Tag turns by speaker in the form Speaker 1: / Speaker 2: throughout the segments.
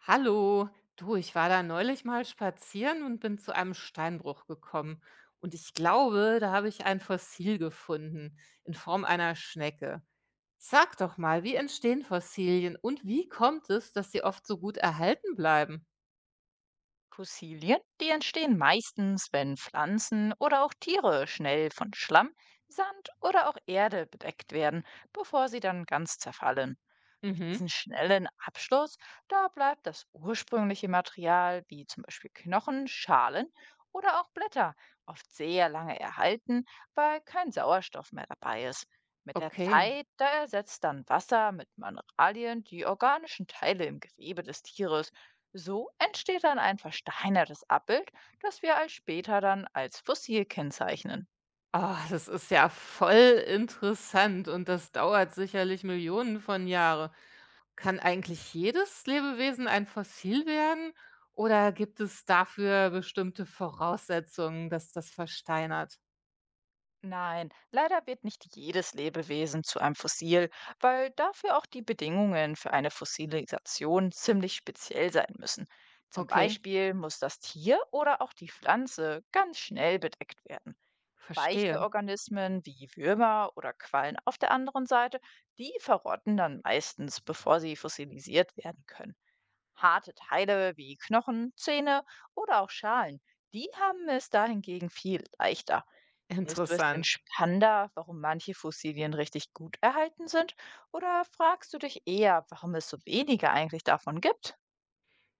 Speaker 1: Hallo, du, ich war da neulich mal spazieren und bin zu einem Steinbruch gekommen. Und ich glaube, da habe ich ein Fossil gefunden in Form einer Schnecke. Sag doch mal, wie entstehen Fossilien und wie kommt es, dass sie oft so gut erhalten bleiben?
Speaker 2: Fossilien, die entstehen meistens, wenn Pflanzen oder auch Tiere schnell von Schlamm, Sand oder auch Erde bedeckt werden, bevor sie dann ganz zerfallen. Durch
Speaker 1: Mhm,
Speaker 2: diesen schnellen Abschluss, da bleibt das ursprüngliche Material, wie zum Beispiel Knochen, Schalen oder auch Blätter, oft sehr lange erhalten, weil kein Sauerstoff mehr dabei ist. Mit der
Speaker 1: okay.
Speaker 2: Zeit, da ersetzt dann Wasser mit Mineralien die organischen Teile im Gewebe des Tieres. So entsteht dann ein versteinertes Abbild, das wir als später dann als Fossil kennzeichnen.
Speaker 1: Ah, das ist ja voll interessant und das dauert sicherlich Millionen von Jahren. Kann eigentlich jedes Lebewesen ein Fossil werden oder gibt es dafür bestimmte Voraussetzungen, dass das versteinert?
Speaker 2: Nein, leider wird nicht jedes Lebewesen zu einem Fossil, weil dafür auch die Bedingungen für eine Fossilisation ziemlich speziell sein müssen. Zum
Speaker 1: Okay,
Speaker 2: Beispiel muss das Tier oder auch die Pflanze ganz schnell bedeckt werden. Weiche
Speaker 1: verstehe.
Speaker 2: Organismen wie Würmer oder Quallen auf der anderen Seite, die verrotten dann meistens, bevor sie fossilisiert werden können. Harte Teile wie Knochen, Zähne oder auch Schalen, die haben es dahingegen viel leichter. Findest du es denn
Speaker 1: Interessant.
Speaker 2: spannender, warum manche Fossilien richtig gut erhalten sind? Oder fragst du dich eher, warum es so wenige eigentlich davon gibt?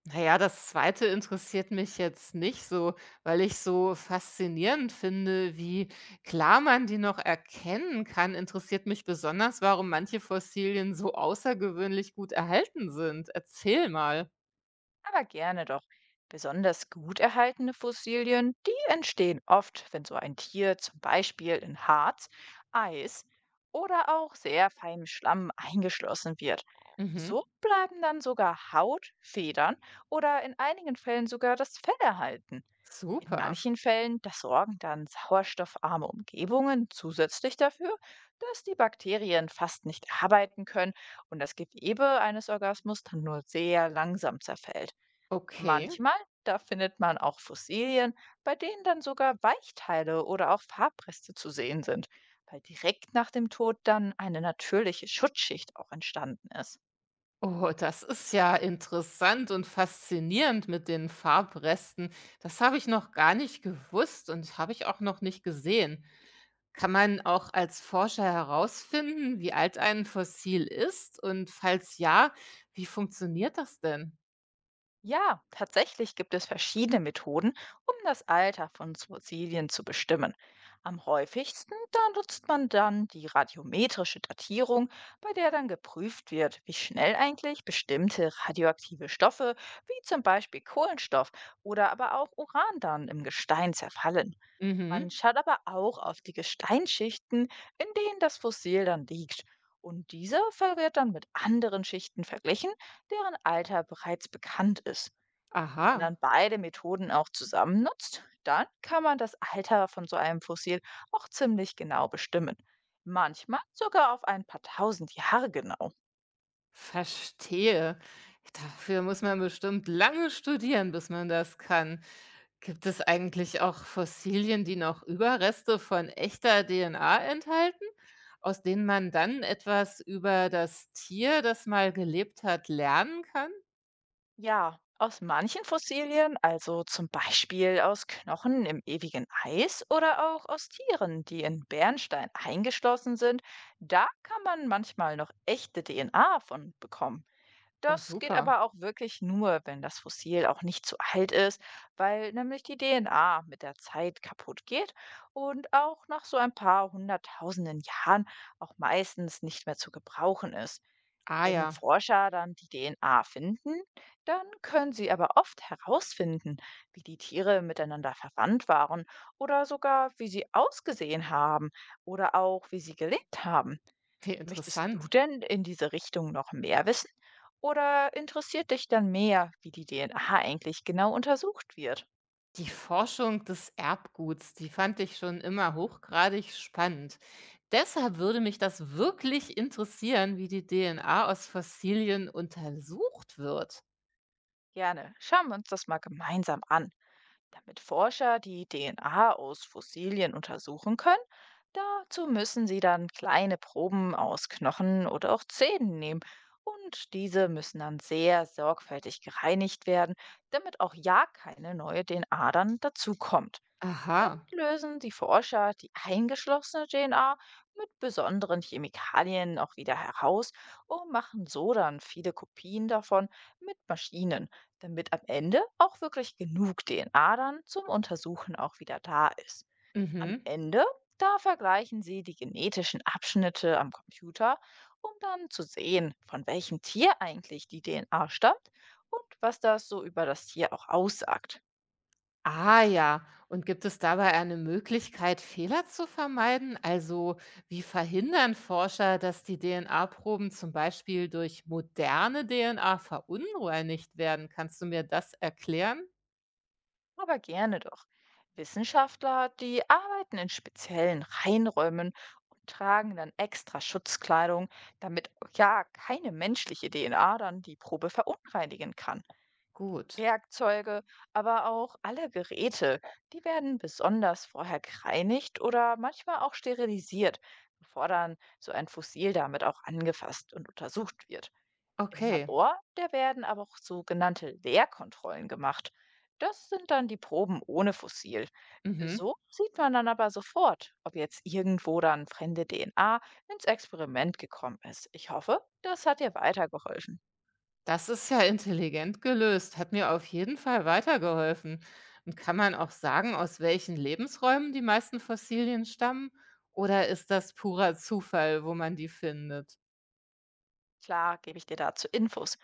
Speaker 1: Naja, das zweite interessiert mich jetzt nicht so, weil ich so faszinierend finde, wie klar man die noch erkennen kann, interessiert mich besonders, warum manche Fossilien so außergewöhnlich gut erhalten sind. Erzähl mal.
Speaker 2: Aber gerne doch. Besonders gut erhaltene Fossilien, die entstehen oft, wenn so ein Tier zum Beispiel in Harz, Eis oder auch sehr feinem Schlamm eingeschlossen wird.
Speaker 1: Mhm.
Speaker 2: So bleiben dann sogar Haut, Federn oder in einigen Fällen sogar das Fell erhalten. In
Speaker 1: Super.
Speaker 2: manchen Fällen, das sorgen dann sauerstoffarme Umgebungen zusätzlich dafür, dass die Bakterien fast nicht arbeiten können und das Gewebe eines Organismus dann nur sehr langsam zerfällt.
Speaker 1: Okay.
Speaker 2: Manchmal, da findet man auch Fossilien, bei denen dann sogar Weichteile oder auch Farbreste zu sehen sind, weil direkt nach dem Tod dann eine natürliche Schutzschicht auch entstanden ist.
Speaker 1: Oh, das ist ja interessant und faszinierend mit den Farbresten. Das habe ich noch gar nicht gewusst und habe ich auch noch nicht gesehen. Kann man auch als Forscher herausfinden, wie alt ein Fossil ist? Und falls ja, wie funktioniert das denn?
Speaker 2: Ja, tatsächlich gibt es verschiedene Methoden, um das Alter von Fossilien zu bestimmen. Am häufigsten da nutzt man dann die radiometrische Datierung, bei der dann geprüft wird, wie schnell eigentlich bestimmte radioaktive Stoffe, wie zum Beispiel Kohlenstoff oder aber auch Uran dann im Gestein zerfallen.
Speaker 1: Mhm.
Speaker 2: Man schaut aber auch auf die Gesteinsschichten, in denen das Fossil dann liegt. Und diese wird dann mit anderen Schichten verglichen, deren Alter bereits bekannt ist. Wenn man
Speaker 1: Aha,
Speaker 2: dann beide Methoden auch zusammen nutzt, dann kann man das Alter von so einem Fossil auch ziemlich genau bestimmen. Manchmal sogar auf ein paar tausend Jahre genau.
Speaker 1: verstehe. Dafür muss man bestimmt lange studieren, bis man das kann. Gibt es eigentlich auch Fossilien, die noch Überreste von echter DNA enthalten, aus denen man dann etwas über das Tier, das mal gelebt hat, lernen kann?
Speaker 2: Ja, aus manchen Fossilien, also zum Beispiel aus Knochen im ewigen Eis oder auch aus Tieren, die in Bernstein eingeschlossen sind, da kann man manchmal noch echte DNA von bekommen.
Speaker 1: Oh,
Speaker 2: Das geht
Speaker 1: super.
Speaker 2: aber auch wirklich nur, wenn das Fossil auch nicht zu alt ist, weil nämlich die DNA mit der Zeit kaputt geht und auch nach so ein paar hunderttausenden Jahren auch meistens nicht mehr zu gebrauchen ist.
Speaker 1: Ah
Speaker 2: Wenn
Speaker 1: ja,
Speaker 2: Forscher dann die DNA finden, dann können sie aber oft herausfinden, wie die Tiere miteinander verwandt waren oder sogar, wie sie ausgesehen haben oder auch, wie sie gelebt haben.
Speaker 1: wie
Speaker 2: Möchtest du
Speaker 1: interessant.
Speaker 2: denn in diese Richtung noch mehr wissen? Oder interessiert dich dann mehr, wie die DNA eigentlich genau untersucht wird?
Speaker 1: Die Forschung des Erbguts, die fand ich schon immer hochgradig spannend. Deshalb würde mich das wirklich interessieren, wie die DNA aus Fossilien untersucht wird.
Speaker 2: Gerne, schauen wir uns das mal gemeinsam an. Damit Forscher die DNA aus Fossilien untersuchen können, dazu müssen sie dann kleine Proben aus Knochen oder auch Zähnen nehmen. Und diese müssen dann sehr sorgfältig gereinigt werden, damit auch ja keine neue DNA dann dazukommt.
Speaker 1: Aha.
Speaker 2: Damit lösen die Forscher die eingeschlossene DNA mit besonderen Chemikalien auch wieder heraus und machen so dann viele Kopien davon mit Maschinen, damit am Ende auch wirklich genug DNA dann zum Untersuchen auch wieder da ist. Am
Speaker 1: Mhm.
Speaker 2: Ende, da vergleichen sie die genetischen Abschnitte am Computer, um dann zu sehen, von welchem Tier eigentlich die DNA stammt und was das so über das Tier auch aussagt.
Speaker 1: Ah ja, und gibt es dabei eine Möglichkeit, Fehler zu vermeiden? Also wie verhindern Forscher, dass die DNA-Proben zum Beispiel durch moderne DNA verunreinigt werden? Kannst du mir das erklären?
Speaker 2: Aber gerne doch. Wissenschaftler, die arbeiten in speziellen Reinräumen und tragen dann extra Schutzkleidung, damit ja keine menschliche DNA dann die Probe verunreinigen kann.
Speaker 1: Gut,
Speaker 2: Werkzeuge, aber auch alle Geräte, die werden besonders vorher gereinigt oder manchmal auch sterilisiert, bevor dann so ein Fossil damit auch angefasst und untersucht wird. Im
Speaker 1: okay.
Speaker 2: Labor, da werden aber auch sogenannte Leerkontrollen gemacht. Das sind dann die Proben ohne Fossil.
Speaker 1: Mhm.
Speaker 2: So sieht man dann aber sofort, ob jetzt irgendwo dann fremde DNA ins Experiment gekommen ist. Ich hoffe, das hat dir weitergeholfen.
Speaker 1: Das ist ja intelligent gelöst, hat mir auf jeden Fall weitergeholfen. Und kann man auch sagen, aus welchen Lebensräumen die meisten Fossilien stammen? Oder ist das purer Zufall, wo man die findet?
Speaker 2: Klar, gebe ich dir dazu Infos.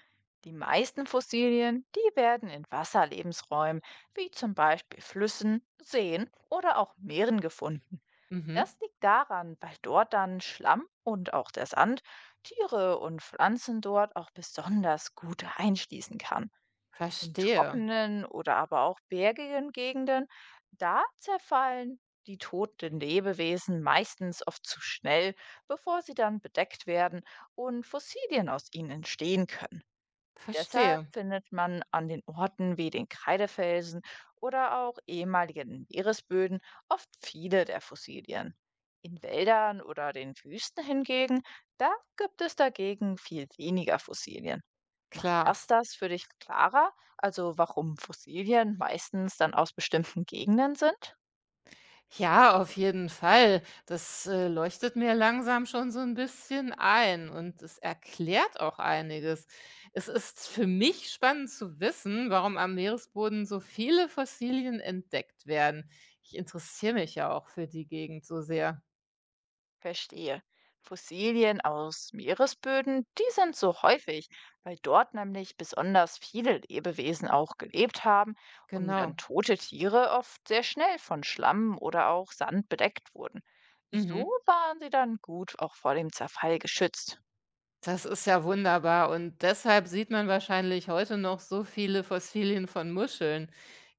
Speaker 2: Die meisten Fossilien, die werden in Wasserlebensräumen, wie zum Beispiel Flüssen, Seen oder auch Meeren gefunden.
Speaker 1: Mhm.
Speaker 2: Das liegt daran, weil dort dann Schlamm und auch der Sand Tiere und Pflanzen dort auch besonders gut einschließen kann. In
Speaker 1: Verstehe,
Speaker 2: trockenen oder aber auch bergigen Gegenden, da zerfallen die toten Lebewesen meistens oft zu schnell, bevor sie dann bedeckt werden und Fossilien aus ihnen entstehen können. Deshalb
Speaker 1: verstehe.
Speaker 2: findet man an den Orten wie den Kreidefelsen oder auch ehemaligen Meeresböden oft viele der Fossilien. In Wäldern oder den Wüsten hingegen, da gibt es dagegen viel weniger Fossilien. Macht
Speaker 1: Klar.
Speaker 2: das das für dich klarer, also warum Fossilien meistens dann aus bestimmten Gegenden sind?
Speaker 1: Ja, auf jeden Fall. Das, leuchtet mir langsam schon so ein bisschen ein und es erklärt auch einiges. Es ist für mich spannend zu wissen, warum am Meeresboden so viele Fossilien entdeckt werden. Ich interessiere mich ja auch für die Gegend so sehr.
Speaker 2: Verstehe. Fossilien aus Meeresböden, die sind so häufig, weil dort nämlich besonders viele Lebewesen auch gelebt haben und dann
Speaker 1: Genau.
Speaker 2: tote Tiere oft sehr schnell von Schlamm oder auch Sand bedeckt wurden. So
Speaker 1: Mhm.
Speaker 2: waren sie dann gut auch vor dem Zerfall geschützt.
Speaker 1: Das ist ja wunderbar und deshalb sieht man wahrscheinlich heute noch so viele Fossilien von Muscheln.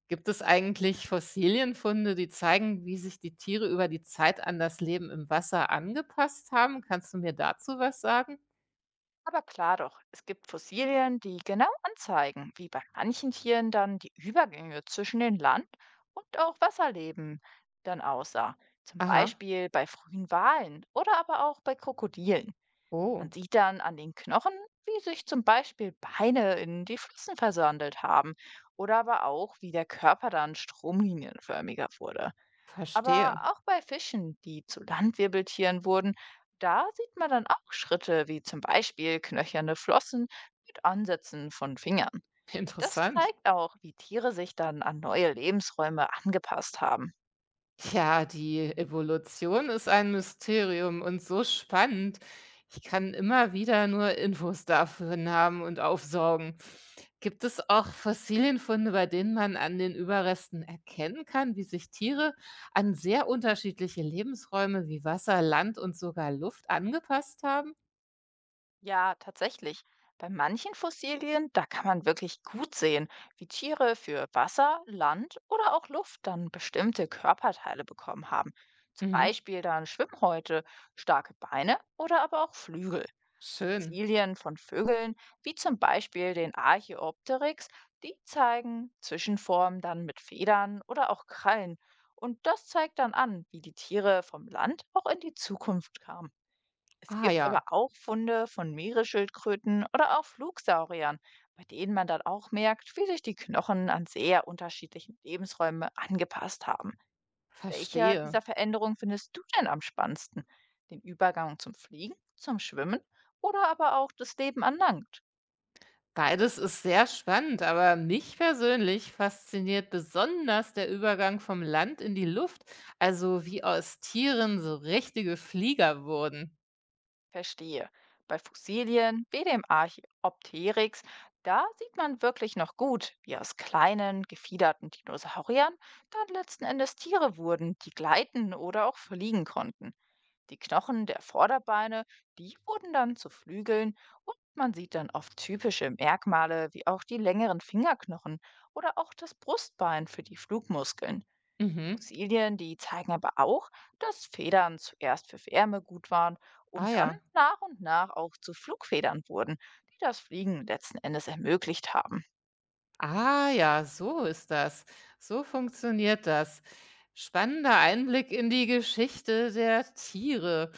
Speaker 1: Gibt es eigentlich Fossilienfunde, die zeigen, wie sich die Tiere über die Zeit an das Leben im Wasser angepasst haben? Kannst du mir dazu was sagen?
Speaker 2: Aber klar doch, es gibt Fossilien, die genau anzeigen, wie bei manchen Tieren dann die Übergänge zwischen den Land- und auch Wasserleben dann aussah. Zum
Speaker 1: Aha.
Speaker 2: Beispiel bei frühen Walen oder aber auch bei Krokodilen.
Speaker 1: Oh,
Speaker 2: Man sieht dann an den Knochen, wie sich zum Beispiel Beine in die Flossen versandelt haben oder aber auch, wie der Körper dann stromlinienförmiger wurde.
Speaker 1: verstehe.
Speaker 2: Aber auch bei Fischen, die zu Landwirbeltieren wurden, da sieht man dann auch Schritte wie zum Beispiel knöcherne Flossen mit Ansätzen von Fingern. Das
Speaker 1: Interessant.
Speaker 2: zeigt auch, wie Tiere sich dann an neue Lebensräume angepasst haben.
Speaker 1: Ja, die Evolution ist ein Mysterium und so spannend. Ich kann immer wieder nur Infos dafür haben und aufsaugen. Gibt es auch Fossilienfunde, bei denen man an den Überresten erkennen kann, wie sich Tiere an sehr unterschiedliche Lebensräume wie Wasser, Land und sogar Luft angepasst haben?
Speaker 2: Ja, tatsächlich. Bei manchen Fossilien, da kann man wirklich gut sehen, wie Tiere für Wasser, Land oder auch Luft dann bestimmte Körperteile bekommen haben. Zum
Speaker 1: Mhm.
Speaker 2: Beispiel dann Schwimmhäute, starke Beine oder aber auch Flügel.
Speaker 1: Schön.
Speaker 2: Fossilien von Vögeln, wie zum Beispiel den Archaeopteryx, die zeigen Zwischenformen dann mit Federn oder auch Krallen. Und das zeigt dann an, wie die Tiere vom Land auch in die Zukunft kamen. Es
Speaker 1: Ah
Speaker 2: gibt
Speaker 1: ja,
Speaker 2: aber auch Funde von Meeresschildkröten oder auch Flugsauriern, bei denen man dann auch merkt, wie sich die Knochen an sehr unterschiedlichen Lebensräume angepasst haben. Welcher
Speaker 1: verstehe.
Speaker 2: dieser Veränderungen findest du denn am spannendsten? Den Übergang zum Fliegen, zum Schwimmen oder aber auch das Leben an Land?
Speaker 1: Beides ist sehr spannend, aber mich persönlich fasziniert besonders der Übergang vom Land in die Luft, also wie aus Tieren so richtige Flieger wurden.
Speaker 2: Verstehe. Bei Fossilien wie dem Archaeopteryx, da sieht man wirklich noch gut, wie aus kleinen, gefiederten Dinosauriern dann letzten Endes Tiere wurden, die gleiten oder auch fliegen konnten. Die Knochen der Vorderbeine, die wurden dann zu Flügeln und man sieht dann oft typische Merkmale wie auch die längeren Fingerknochen oder auch das Brustbein für die Flugmuskeln.
Speaker 1: Mhm.
Speaker 2: Fossilien, die zeigen aber auch, dass Federn zuerst für Wärme gut waren
Speaker 1: Ah
Speaker 2: und dann
Speaker 1: ja.
Speaker 2: nach und nach auch zu Flugfedern wurden, die das Fliegen letzten Endes ermöglicht haben.
Speaker 1: Ah ja, so ist das. So funktioniert das. Spannender Einblick in die Geschichte der Tiere.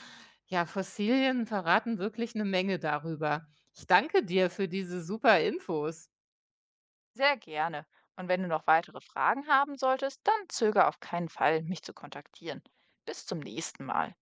Speaker 1: Ja, Fossilien verraten wirklich eine Menge darüber. Ich danke dir für diese super Infos.
Speaker 2: Sehr gerne. Und wenn du noch weitere Fragen haben solltest, dann zögere auf keinen Fall, mich zu kontaktieren. Bis zum nächsten Mal.